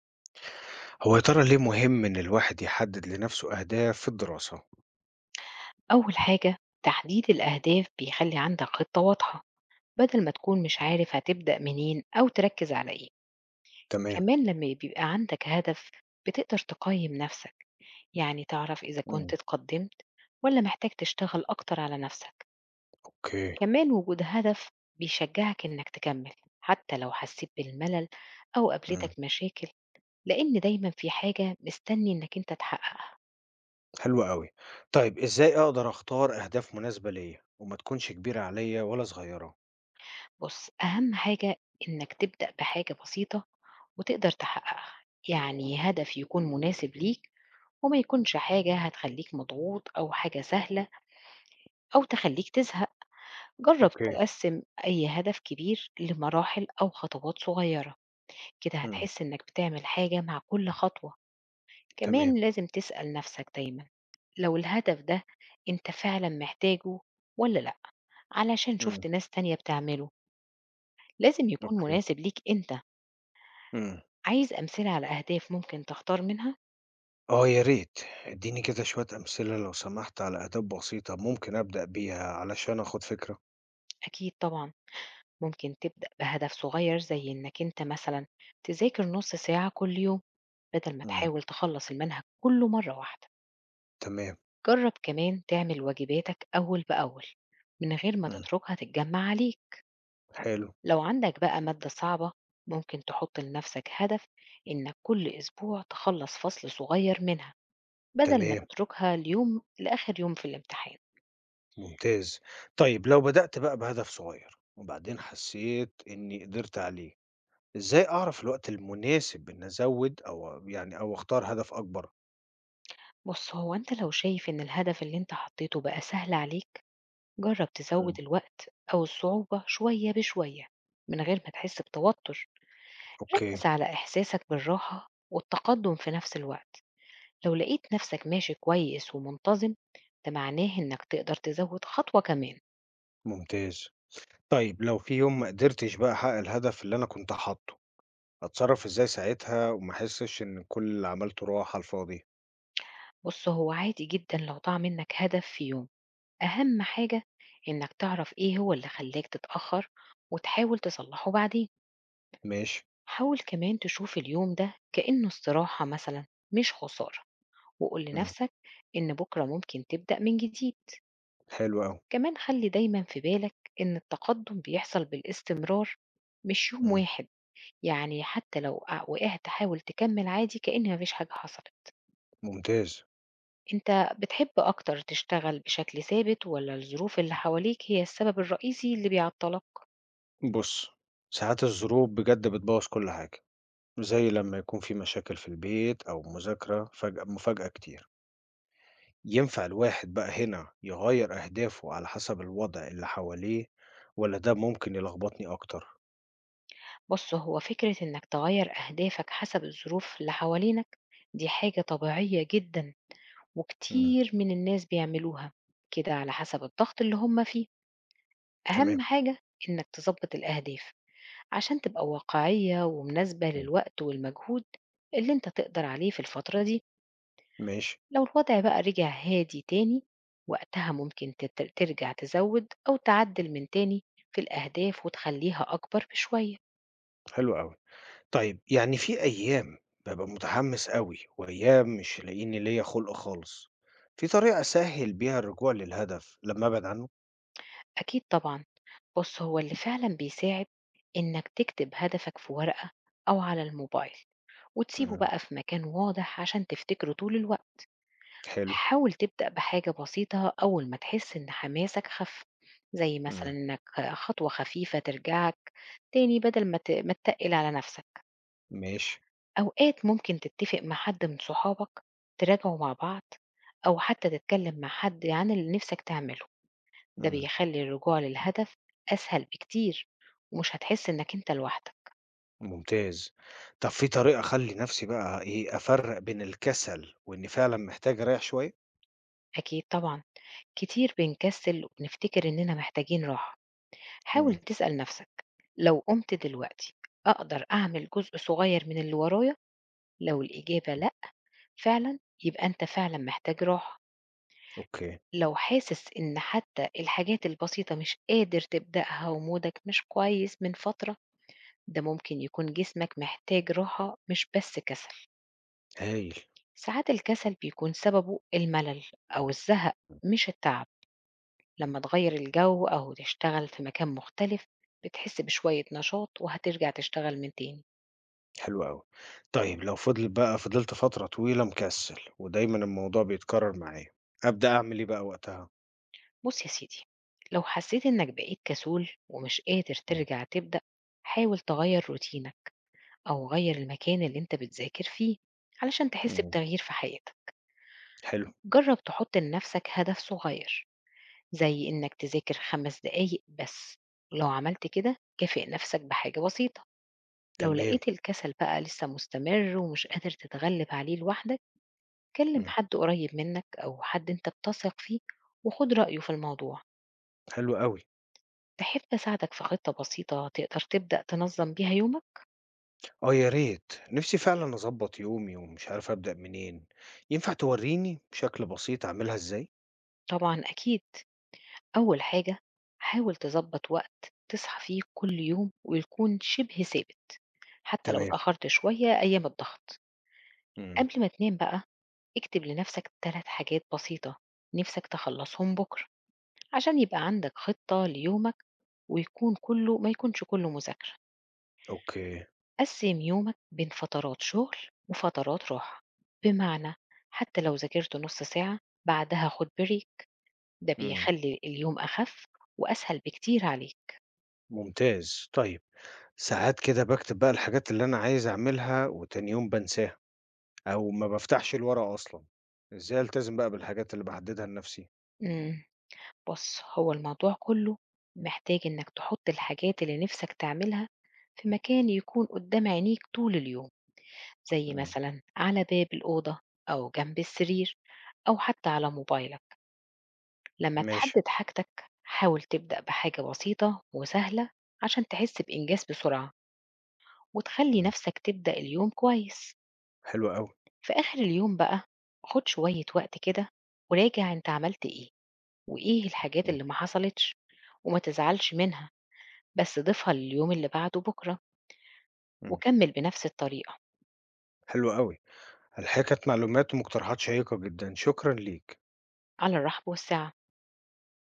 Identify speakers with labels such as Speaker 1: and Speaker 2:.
Speaker 1: هو يا ترى ليه مهم إن الواحد يحدد لنفسه أهداف في الدراسة؟
Speaker 2: أول حاجة، تحديد الأهداف بيخلي عندك خطة واضحة بدل ما تكون مش عارف هتبدأ منين أو تركز على إيه.
Speaker 1: تمام،
Speaker 2: كمان لما بيبقى عندك هدف بتقدر تقيم نفسك، يعني تعرف إذا كنت
Speaker 1: مم.
Speaker 2: اتقدمت ولا محتاج تشتغل أكتر على نفسك.
Speaker 1: أوكي،
Speaker 2: كمان وجود هدف بيشجعك إنك تكمل حتى لو حسيت بالملل أو
Speaker 1: إمم،
Speaker 2: قابلتك مشاكل، لأن دايما في حاجة مستني إنك أنت تحققها.
Speaker 1: حلو أوي. طيب إزاي أقدر أختار أهداف مناسبة ليّا وما تكونش كبيرة عليّا ولا صغيرة؟
Speaker 2: بص، أهم حاجة إنك تبدأ بحاجة بسيطة وتقدر تحققها، يعني هدف يكون مناسب ليك وما يكونش حاجة هتخليك مضغوط أو حاجة سهلة أو تخليك تزهق. جرب
Speaker 1: أوكي،
Speaker 2: تقسم أي هدف كبير لمراحل أو خطوات صغيرة، كده
Speaker 1: إمم،
Speaker 2: هتحس إنك بتعمل حاجة مع كل خطوة.
Speaker 1: تمام،
Speaker 2: كمان لازم تسأل نفسك دايما لو الهدف ده أنت فعلا محتاجه ولا لأ، علشان
Speaker 1: مم.
Speaker 2: شفت ناس تانية بتعمله. لازم يكون
Speaker 1: أوكي،
Speaker 2: مناسب ليك أنت.
Speaker 1: إمم.
Speaker 2: عايز أمثلة على أهداف ممكن تختار منها؟
Speaker 1: آه يا ريت، ادّيني كده شوية أمثلة لو سمحت على أهداف بسيطة ممكن أبدأ بيها علشان آخُد فكرة.
Speaker 2: أكيد طبعا. ممكن تبدأ بهدف صغير زي إنك أنت مثلا تذاكر نص ساعة كل يوم بدل ما
Speaker 1: إمم،
Speaker 2: تحاول تخلص المنهج كله مرة واحدة.
Speaker 1: تمام،
Speaker 2: جرب كمان تعمل واجباتك أول بأول من غير ما
Speaker 1: إمم،
Speaker 2: تتركها تتجمع عليك.
Speaker 1: حلو،
Speaker 2: لو عندك بقى مادة صعبة، ممكن تحط لنفسك هدف إنك كل أسبوع تخلص فصل صغير منها بدل ما
Speaker 1: تمام.
Speaker 2: تتركها اليوم لآخر يوم في الامتحان.
Speaker 1: ممتاز. طيب لو بدأت بقى بهدف صغير وبعدين حسيت إني قدرت عليه، إزاي أعرف الوقت المناسب إن أزود أو أختار هدف أكبر؟
Speaker 2: بص، هو أنت لو شايف إن الهدف اللي أنت حطيته بقى سهل عليك، جرب تزود
Speaker 1: مم.
Speaker 2: الوقت أو الصعوبة شوية بشوية من غير ما تحس بتوتر.
Speaker 1: أوكي،
Speaker 2: ركز على إحساسك بالراحة والتقدم في نفس الوقت. لو لقيت نفسك ماشي كويس ومنتظم، ده معناه إنك تقدر تزود خطوة كمان.
Speaker 1: ممتاز. طيب لو في يوم ما قدرتش بقى أحقق الهدف اللي أنا كنت حاطه، أتصرف إزاي ساعتها وما أحسش إن كل اللي عملته راح على الفاضي؟
Speaker 2: بص، هو عادي جدا لو ضاع منك هدف في يوم. أهم حاجة إنك تعرف إيه هو اللي خلاك تتأخر وتحاول تصلحه بعدين.
Speaker 1: ماشي.
Speaker 2: حاول كمان تشوف اليوم ده كأنه استراحة مثلا، مش خسارة، وقول
Speaker 1: مم.
Speaker 2: لنفسك إن بكرة ممكن تبدأ من جديد.
Speaker 1: حلو أوي.
Speaker 2: كمان خلي دايما في بالك إن التقدم بيحصل بالاستمرار، مش يوم
Speaker 1: مم.
Speaker 2: واحد. يعني حتى لو وقعت حاول تكمل عادي كأن مفيش حاجة حصلت.
Speaker 1: ممتاز.
Speaker 2: انت بتحب اكتر تشتغل بشكل ثابت ولا الظروف اللي حواليك هي السبب الرئيسي اللي بيعطلك؟
Speaker 1: بص، ساعات الظروف بجد بتبوظ كل حاجة. زي لما يكون في مشاكل في البيت أو مذاكرة فجأة مفاجأة كتير. ينفع الواحد بقى هنا يغير أهدافه على حسب الوضع اللي حواليه ولا ده ممكن يلخبطني أكتر؟
Speaker 2: بص، هو فكرة انك تغير اهدافك حسب الظروف اللي حوالينك دي حاجة طبيعية جدا،
Speaker 1: مم.
Speaker 2: وكتير من الناس بيعملوها كده على حسب الضغط اللي هم فيه.
Speaker 1: تمام،
Speaker 2: أهم حاجة إنك تظبط الأهداف عشان تبقى واقعية ومناسبة
Speaker 1: مم.
Speaker 2: للوقت والمجهود اللي أنت تقدر عليه في الفترة دي.
Speaker 1: ماشي،
Speaker 2: لو الوضع بقى رجع هادي تاني، وقتها ممكن ترجع تزود أو تعدل من تاني في الأهداف وتخليها أكبر بشوية.
Speaker 1: حلو أوي. طيب يعني في أيام ببقى متحمس أوي وأيام مش لاقيني ليا خلق خالص، في طريقة أسهل بيها الرجوع للهدف لما أبعد عنه؟
Speaker 2: أكيد طبعا. بص، هو اللي فعلا بيساعد إنك تكتب هدفك في ورقة أو على الموبايل، وتسيبه
Speaker 1: مم.
Speaker 2: بقى في مكان واضح عشان تفتكره طول الوقت.
Speaker 1: حلو،
Speaker 2: حاول تبدأ بحاجة بسيطة أول ما تحس إن حماسك خف، زي مثلا
Speaker 1: مم.
Speaker 2: إنك خطوة خفيفة ترجعك تاني بدل ما ما تتقل على نفسك.
Speaker 1: ماشي،
Speaker 2: أوقات ممكن تتفق مع حد من صحابك تراجعوا مع بعض، أو حتى تتكلم مع حد عن اللي نفسك تعمله. ده
Speaker 1: مم.
Speaker 2: بيخلي الرجوع للهدف أسهل بكتير، ومش هتحس إنك أنت لوحدك.
Speaker 1: ممتاز. طب في طريقة أخلّي نفسي بقى إيه، أفرّق بين الكسل وإني فعلًا محتاج أريّح شوية؟
Speaker 2: أكيد طبعا. كتير بنكسل ونفتكر إننا محتاجين راحة.
Speaker 1: إمم،
Speaker 2: حاول تسأل نفسك لو قمت دلوقتي أقدر أعمل جزء صغير من اللي ورايا. لو الإجابة لأ، فعلا يبقى أنت فعلا محتاج راحة.
Speaker 1: أوكي،
Speaker 2: لو حاسس إن حتى الحاجات البسيطة مش قادر تبدأها ومودك مش كويس من فترة، ده ممكن يكون جسمك محتاج راحة مش بس كسل.
Speaker 1: هايل،
Speaker 2: ساعات الكسل بيكون سببه الملل أو الزهق، مش التعب. لما تغير الجو أو تشتغل في مكان مختلف بتحس بشوية نشاط وهترجع تشتغل من تاني.
Speaker 1: حلو أوي. طيب لو فضلت فترة طويلة مكسل ودايمًا الموضوع بيتكرر معايا، أبدأ أعمل إيه بقى وقتها؟
Speaker 2: بُص يا سيدي، لو حسيت إنك بقيت كسول ومش قادر
Speaker 1: إمم،
Speaker 2: ترجع تبدأ، حاول تغيّر روتينك أو غيّر المكان اللي أنت بتذاكر فيه علشان تحس
Speaker 1: إمم،
Speaker 2: بتغيير في حياتك.
Speaker 1: حلو،
Speaker 2: جرّب تحط لنفسك هدف صغير، زي إنك تذاكر 5 دقايق بس، ولو عملت كده كافئ نفسك بحاجة بسيطة. لو
Speaker 1: تمام،
Speaker 2: لقيت الكسل بقى لسه مستمر ومش قادر تتغلب عليه لوحدك، كلم
Speaker 1: إمم،
Speaker 2: حد قريب منك أو حد أنت بتثق فيه وخُد رأيه في الموضوع.
Speaker 1: حلو أوي.
Speaker 2: تحب أساعدك في خطة بسيطة تقدر تبدأ تنظم بيها يومك؟
Speaker 1: آه يا ريت، نفسي فعلًا أضبّط يومي ومش عارف أبدأ منين. ينفع تورّيني بشكل بسيط أعملها إزاي؟
Speaker 2: طبعًا أكيد، أول حاجة، حاول تظبط وقت تصحى فيه كل يوم ويكون شبه ثابت، حتى لو
Speaker 1: تمام،
Speaker 2: اتأخرت شوية أيام الضغط.
Speaker 1: إمم،
Speaker 2: قبل ما تنام بقى اكتب لنفسك 3 حاجات بسيطة نفسك تخلصهم بكرة، عشان يبقى عندك خطة ليومك ويكون ما يكونش كله مذاكرة.
Speaker 1: أوكي،
Speaker 2: قسم يومك بين فترات شغل وفترات راحة، بمعنى حتى لو ذاكرت نص ساعة بعدها خد break، ده
Speaker 1: إمم،
Speaker 2: بيخلّي اليوم أخف وأسهل بكتير عليك.
Speaker 1: ممتاز. طيب ساعات كده باكتب بقى الحاجات اللي أنا عايز أعملها وتاني يوم بانساها أو ما بافتحش الورقة أصلًا، إزاي ألتزم بقى بالحاجات اللي باحددها لنفسي؟
Speaker 2: إمم. بُص، هو الموضوع كُلّه محتاج إنّك تحُط الحاجات اللي نِفْسك تعملها في مكان يكون قُدّام عينيك طول اليوم، زي
Speaker 1: إمم.
Speaker 2: مثلًا على باب الأوضة أو جنب السرير أو حتى على موبايلك. لمّا
Speaker 1: ماشي،
Speaker 2: تحدِّد حاجتك، حاول تبدأ بحاجة بسيطة وسهلة عشان تحس بإنجاز بسرعة وتخلّي
Speaker 1: إمم.
Speaker 2: نَفْسك تبدأ اليوم كويس.
Speaker 1: حلو أوي.
Speaker 2: في آخِر اليوم بقى، خُد شوية وقت كده وراجع أنت عملت إيه، وإيه الحاجات
Speaker 1: إمم.
Speaker 2: اللي ما حصلتش. وما تزعلش منها، بس ضيفها لليوم اللي بعده بكرة،
Speaker 1: إمم.
Speaker 2: وكمل بنفس الطريقة.
Speaker 1: حلو أوي. الحقيقة كانت معلومات ومقترحات شيقة جدًا، شكرًا ليك.
Speaker 2: على الرحب والسعة.